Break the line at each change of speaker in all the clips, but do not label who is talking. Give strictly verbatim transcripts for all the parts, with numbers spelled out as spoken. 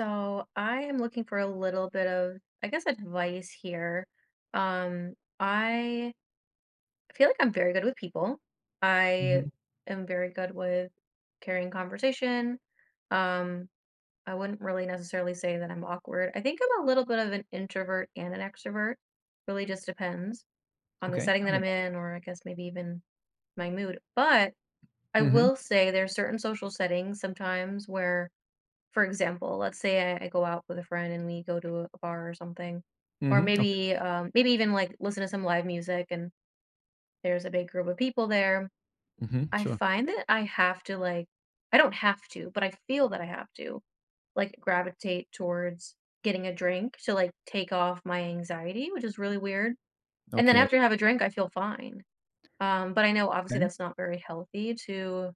So I am looking for a little bit of, I guess, advice here. Um, I feel like I'm very good with people. I
Mhm.
am very good with carrying conversation. Um, I wouldn't really necessarily say that I'm awkward. I think I'm a little bit of an introvert and an extrovert. Really just depends on the
Okay,
setting
tell
that
me
I'm
about.
in, or I guess maybe even my mood. But I
Mhm,
will say there's certain social settings sometimes where for example, let's say I I go out with a friend and we go to a bar or something, or
mhm. Okay.
maybe, um, maybe even, like, listen to some live music and there's a big group of people there.
Mhm.
I
Sure.
find that I have to, like I don't have to, but I feel that I have to, like, gravitate towards getting a drink to, like, take off my anxiety, which is really weird, and then
Okay.
after I have a drink, I feel fine. Um, but I know obviously
Okay.
that's not very healthy to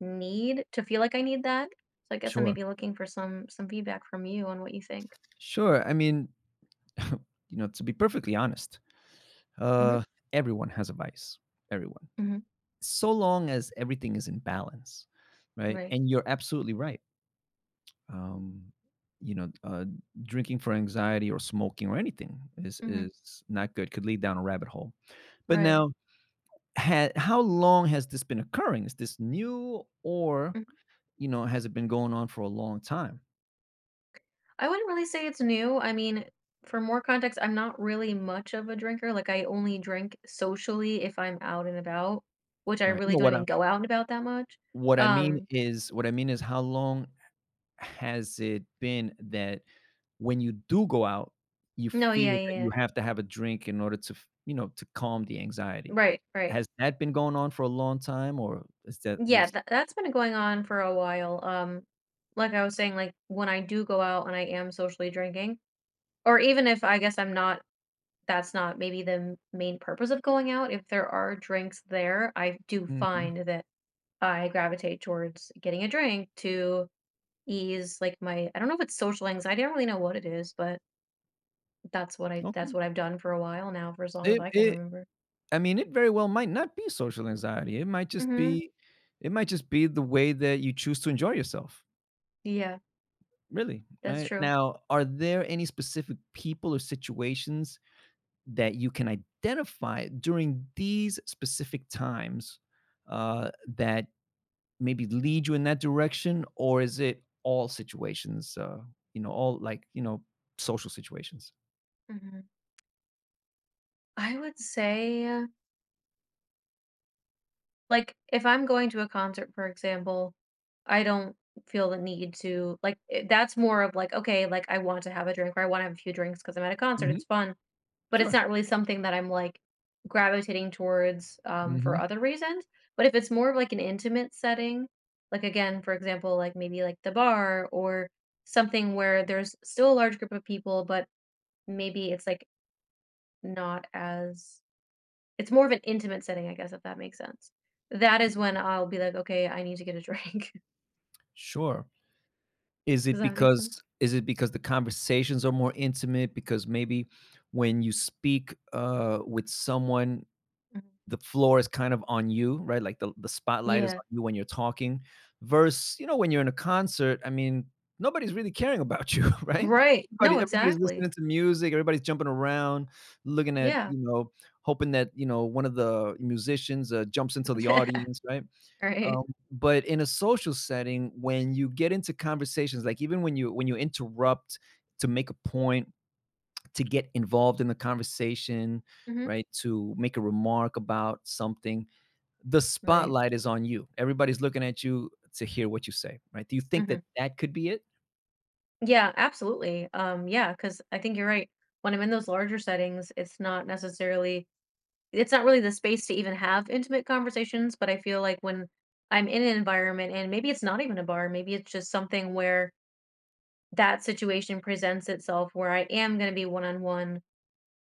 need to feel like I need that, so I guess I may
Sure.
be looking for some some feedback from you on what you think.
Sure. I mean, you know, to be perfectly honest,
Mhm,
uh, everyone has a vice. Everyone.
mhm,
So long as everything is in balance, right?
right,
And you're absolutely right. Um, you know, uh, drinking for anxiety or smoking or anything is
mhm,
is not good. Could lead down a rabbit hole. But
right,
now, ha- how long has this been occurring? Is this new, or
mhm.
you know, has it been going on for a long time?
I wouldn't really say it's new, I mean, for more context, I'm not really much of a drinker, like, I only drink socially if I'm out and about, which I
Right.
really
No,
don't
what I
even go out and about that much.
what I mean
Um,
is what I mean is how long has it been that when you do go out, you
no,
feel
yeah, yeah,
that you
yeah.
have to have a drink in order to f you know, to calm the anxiety?
Right, right.
Has that been going on for a long time, or is that
Yeah,
recent?
tha that's been going on for a while, um, like I was saying, like, when I do go out and I am socially drinking, or even if I guess I'm not that's not maybe the m- main purpose of going out, if there are drinks there, I do
Mhm,
find that I gravitate towards getting a drink to ease like my I don't know if it's social anxiety. I don't really know what it is, but that's what I that's
okay.
what I've done for a while now for as long as
It
I can
it
remember.
I mean, it very well might not be social anxiety. It might just
Mhm.
be it might just be the way that you choose to enjoy yourself,
Yeah,
really,
that's
right?
true.
Now, are there any specific people or situations that you can identify during these specific times uh, that maybe lead you in that direction, or is it all situations? Uh, you know, all like you know, social situations.
Mhm. I would say uh, like if I'm going to a concert, for example, I don't feel the need to like i- that's more of like okay, like I want to have a drink or I want to have a few drinks because I'm at a concert.
Mhm.
It's fun. But it's
Sure.
not really something that I'm, like, gravitating towards, um,
Hmm.
for other reasons. But if it's more of, like, an intimate setting, like, again, for example, like, maybe, like, the bar or something where there's still a large group of people, but maybe it's, like, not as it's more of an intimate setting, I guess, if that makes sense. That is when I'll be like, "Okay, I need to get a drink."
Sure. Is
Does
it
that make sense?
because is it because the conversations are more intimate? Because maybe when you speak uh, with someone
Mhm.
the floor is kind of on you, right? Like the, the spotlight is
Yeah.
on you when you're talking, versus, you know, when you're in a concert, I mean, nobody's really caring about you, right?
Right. No,
Everybody, everybody's
exactly.
listening to music, everybody's jumping around, looking at,
Yeah.
you know, hoping that, you know, one of the musicians uh, jumps into the audience, right?
Right.
Um, but in a social setting, when you get into conversations, like even when you when you interrupt to make a point to get involved in the conversation,
Mhm.
right? To make a remark about something. The
Right.
spotlight is on you. Everybody's looking at you to hear what you say, right? Do you think that
Mhm.
that could be it?
Yeah, absolutely. Um, yeah, because I think you're right. When I'm in those larger settings, it's not necessarily, it's not really the space to even have intimate conversations. But I feel like when I'm in an environment, and maybe it's not even a bar, maybe it's just something where that situation presents itself where I am going to be one on one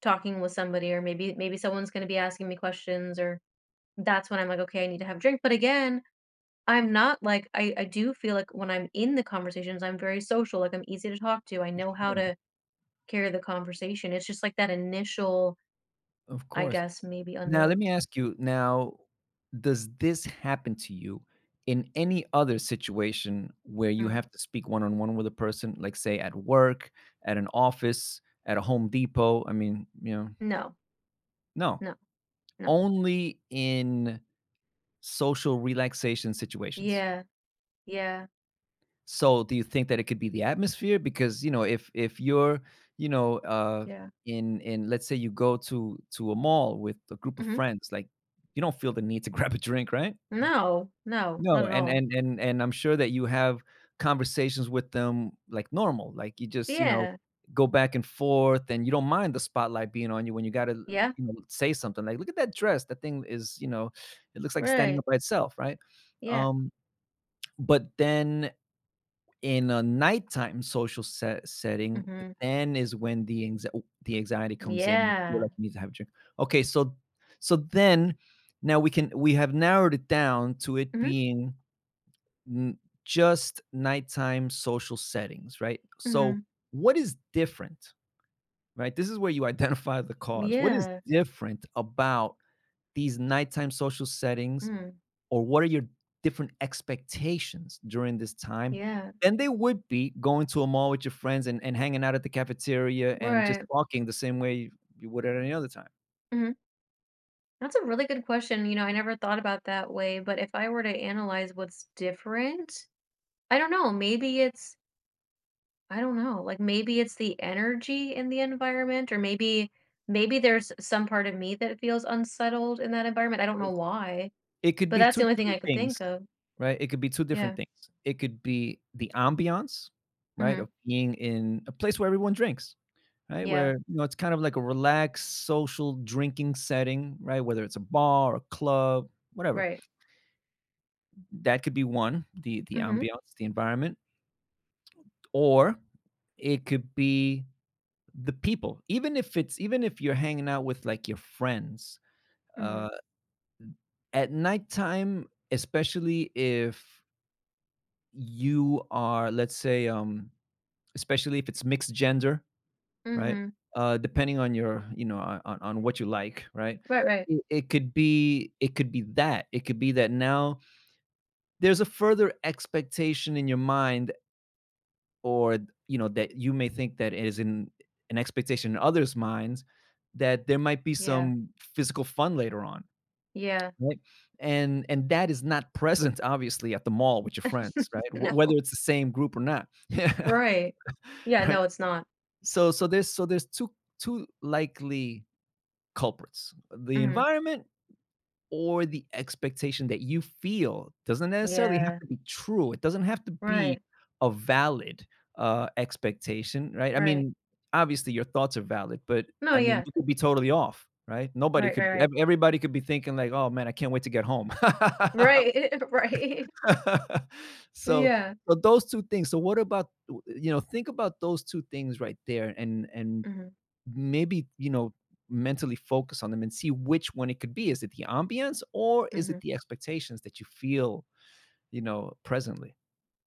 talking with somebody, or maybe maybe someone's going to be asking me questions, or that's when I'm like, okay, I need to have a drink. But again, I'm not like I, I do feel like when I'm in the conversations, I'm very social, like I'm easy to talk to. I know how
Sure.
to carry the conversation. It's just like that initial,
Of
I
course.
guess, maybe
Now, let
unknown.
me ask you now, does this happen to you in any other situation where you
Mm.
have to speak one on one with a person, like say at work, at an office, at a Home Depot? I mean, you know,
No,
no,
no, no.
only in social relaxation situations.
Yeah, yeah,
So do you think that it could be the atmosphere? Because you know, if if you're, you know, uh
yeah.
in in let's say you go to to a mall with a group of
hmm
friends, like you don't feel the need to grab a drink, right?
No, no, not
No,
at
and
all.
and and and I'm sure that you have conversations with them like normal. Like you just, you know,
Yeah,
go back and forth and you don't mind the spotlight being on you when you gotta
yeah,
you know say something like look at that dress. That thing is, you know, it looks like it's standing
right.
up by itself, right?
Yeah.
Um. But then in a nighttime social set setting,
hmm
then is when the anxie the anxiety comes in. You're
Yeah.
like, "You need to have a drink." Okay, so so then now we can we have narrowed it down to it
hmm
being n just nighttime social settings, right? So
hmm
what is different, right? This is where you identify the cause. What is
Yeah.
different about these nighttime social settings
Mm.
or what are your different expectations during this time
Yeah.
than they would be going to a mall with your friends and, and hanging out at the cafeteria and just
Right.
talking the same way you would at any other time.
hmm That's a really good question. You know, I never thought about that way, but if I were to analyze what's different, I don't know, maybe it's I don't know, like, maybe it's the energy in the environment or maybe maybe there's some part of me that feels unsettled in that environment, I don't know
It's-
why,
It could
but
be
that's the
two
only thing
different
I could think
things,
of.
right? It could be two different
Yeah.
things. It could be the ambiance, right,
Mhm.
of being in a place where everyone drinks, right?
Yeah.
Where you know it's kind of like a relaxed social drinking setting, right? Whether it's a bar, a club, whatever.
Right.
That could be one, the the
Mhm.
ambiance, the environment. Or it could be the people, even if it's even if you're hanging out with like your friends
Mhm.
uh at nighttime, especially if you are, let's say, um especially if it's mixed gender, right,
Mhm.
uh depending on your you know on, on on what you like, right.
Right, right.
It, it could be it could be that it could be that now there's a further expectation in your mind, or you know that you may think that it is in an expectation in others' minds, that there might be
Yeah.
some physical fun later on,
Yeah.
right? And and that is not present obviously at the mall with your friends, right? W- whether
No.
it's the same group or not, right?
Right. Yeah, no, it's not.
So so there's so there's two two likely culprits: the
Mhm.
environment or the expectation that you feel doesn't necessarily have
Yeah.
to be true. It doesn't have to be
Right.
a valid, uh, expectation, right? I
Right.
mean, obviously, your thoughts are valid, but,
No,
I mean,
yeah.
you could be totally off, right? Nobody
Right, right,
could
right.
ev everybody could be thinking like, "Oh, man, I can't wait to get home."
Right. Right.
So
Yeah.
so those two things. So what about, you know, think about those two things right there and and
Mhm.
maybe you know mentally focus on them and see which one it could be, is it the ambience or is it
Mhm.
the expectations that you feel you know presently.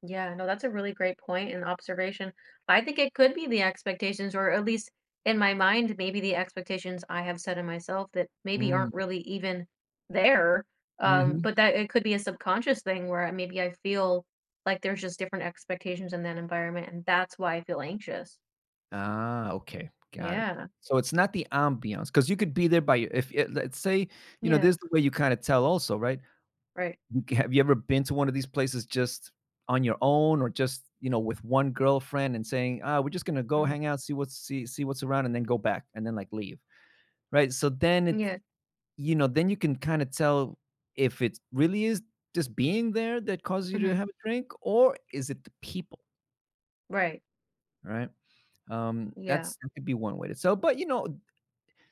Yeah, no, that's a really great point and observation. I think it could be the expectations, or at least in my mind, maybe the expectations I have set in myself that maybe
Mm,
aren't really even there. Um,
mhm.
but that it could be a subconscious thing where maybe I feel like there's just different expectations in that environment, and that's why I feel anxious.
Ah, okay, got it.
Yeah,
So it's not the ambiance because you could be there by your- if it, let's say, you know
yeah,
this is the way you kind of tell also, right.
right.
You ca- have you ever been to one of these places just on your own or just you know with one girlfriend and saying ah we're just gonna go
Mm,
hang out, see what's see see what's around and then go back and then like leave, right? So then it
yeah,
you know, then you can kind of tell if it really is just being there that causes you to
hmm
have a drink, or is it the people,
right.
right? Um,
Yeah.
that's that could be one way to tell. But you know,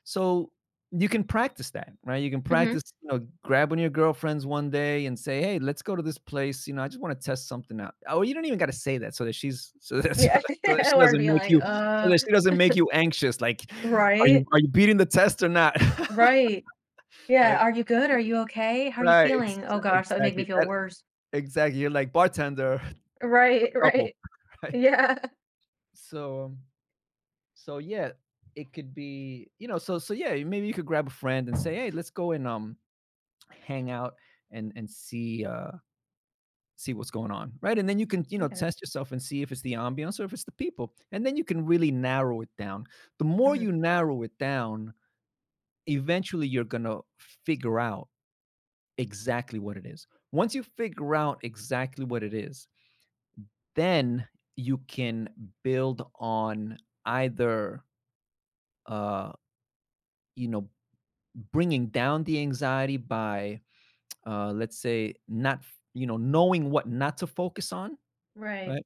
so you can practice that, right? You can
hmm
practice, you know, grabbing your girlfriends one day and say, "Hey, let's go to this place." You know, I just want to test something out. Oh, you don't even got to say that so that she's so that
Yeah.
so,
I
that
don't
she
want to
doesn't
be
make
like,
you so
uh,
that she doesn't make you anxious. Like, are
right,
you are you beating the test or not?
right. Yeah,
right,
"Are you good? Are you okay? How are you
right, ex-
feeling?" Oh gosh, that would make me
exactly.
feel worse.
Exactly. You're like bartender
Right,
double,
right.
right?
Yeah.
So, um, so yeah, it could be, you know, so so yeah, maybe you could grab a friend and say, "Hey, let's go and um hang out and and see uh see what's going on." Right? And then you can, you know,
Okay.
test yourself and see if it's the ambiance or if it's the people. And then you can really narrow it down. The more
Mhm.
you narrow it down, eventually you're going to figure out exactly what it is. Once you figure out exactly what it is, then you can build on either uh, you know bringing down the anxiety by uh, let's say not f- you know knowing what not to focus on,
Right.
right,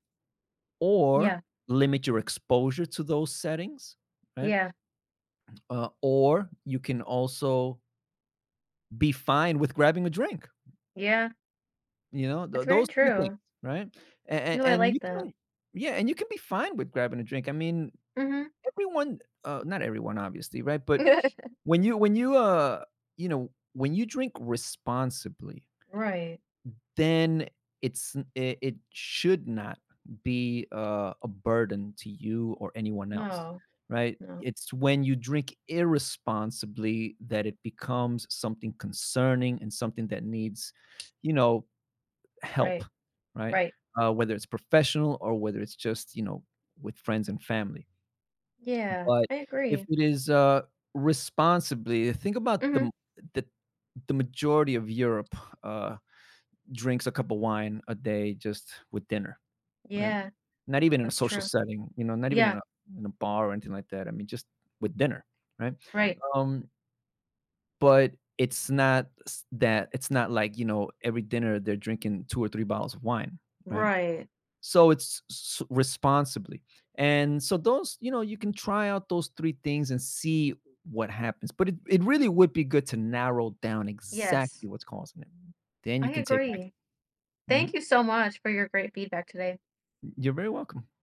or
Yeah.
limit your exposure to those settings, right,
Yeah.
uh, or you can also be fine with grabbing a drink,
Yeah.
you know,
That's
th-
very
those three things,
true.
right.
No,
and,
I
and
like
you
that.
can, yeah, and you can be fine with grabbing a drink, I mean,
Mhm.
everyone, uh, not everyone obviously, right, but when you when you, uh, you know, when you drink responsibly,
Right.
then it's n it it should not be, uh, a burden to you or anyone else,
No.
right?
No.
It's when you drink irresponsibly that it becomes something concerning and something that needs, you know, help,
Right.
right?
Right.
Uh, whether it's professional or whether it's just, you know, with friends and family.
Yeah,
But
I
if
agree.
it is, uh, responsibly, think about the
Mhm.
m the the majority of Europe uh, drinks a cup of wine a day just with dinner, right?
Yeah,
Not even in a
that's
social
true.
setting, you know, not even in
Yeah.
a in a bar or anything like that. I mean, just with dinner, right?
Right.
Um, but it's not s- that it's not like you know every dinner they're drinking two or three bottles of wine, right?
Right.
so it's s- responsibly. And so those you know you can try out those three things and see what happens, but it, it really would be good to narrow down
Yes.
exactly what's causing it, then you
I
can take
agree.
action.
Thank
Mhm.
you so much for your great feedback today.
You're very welcome.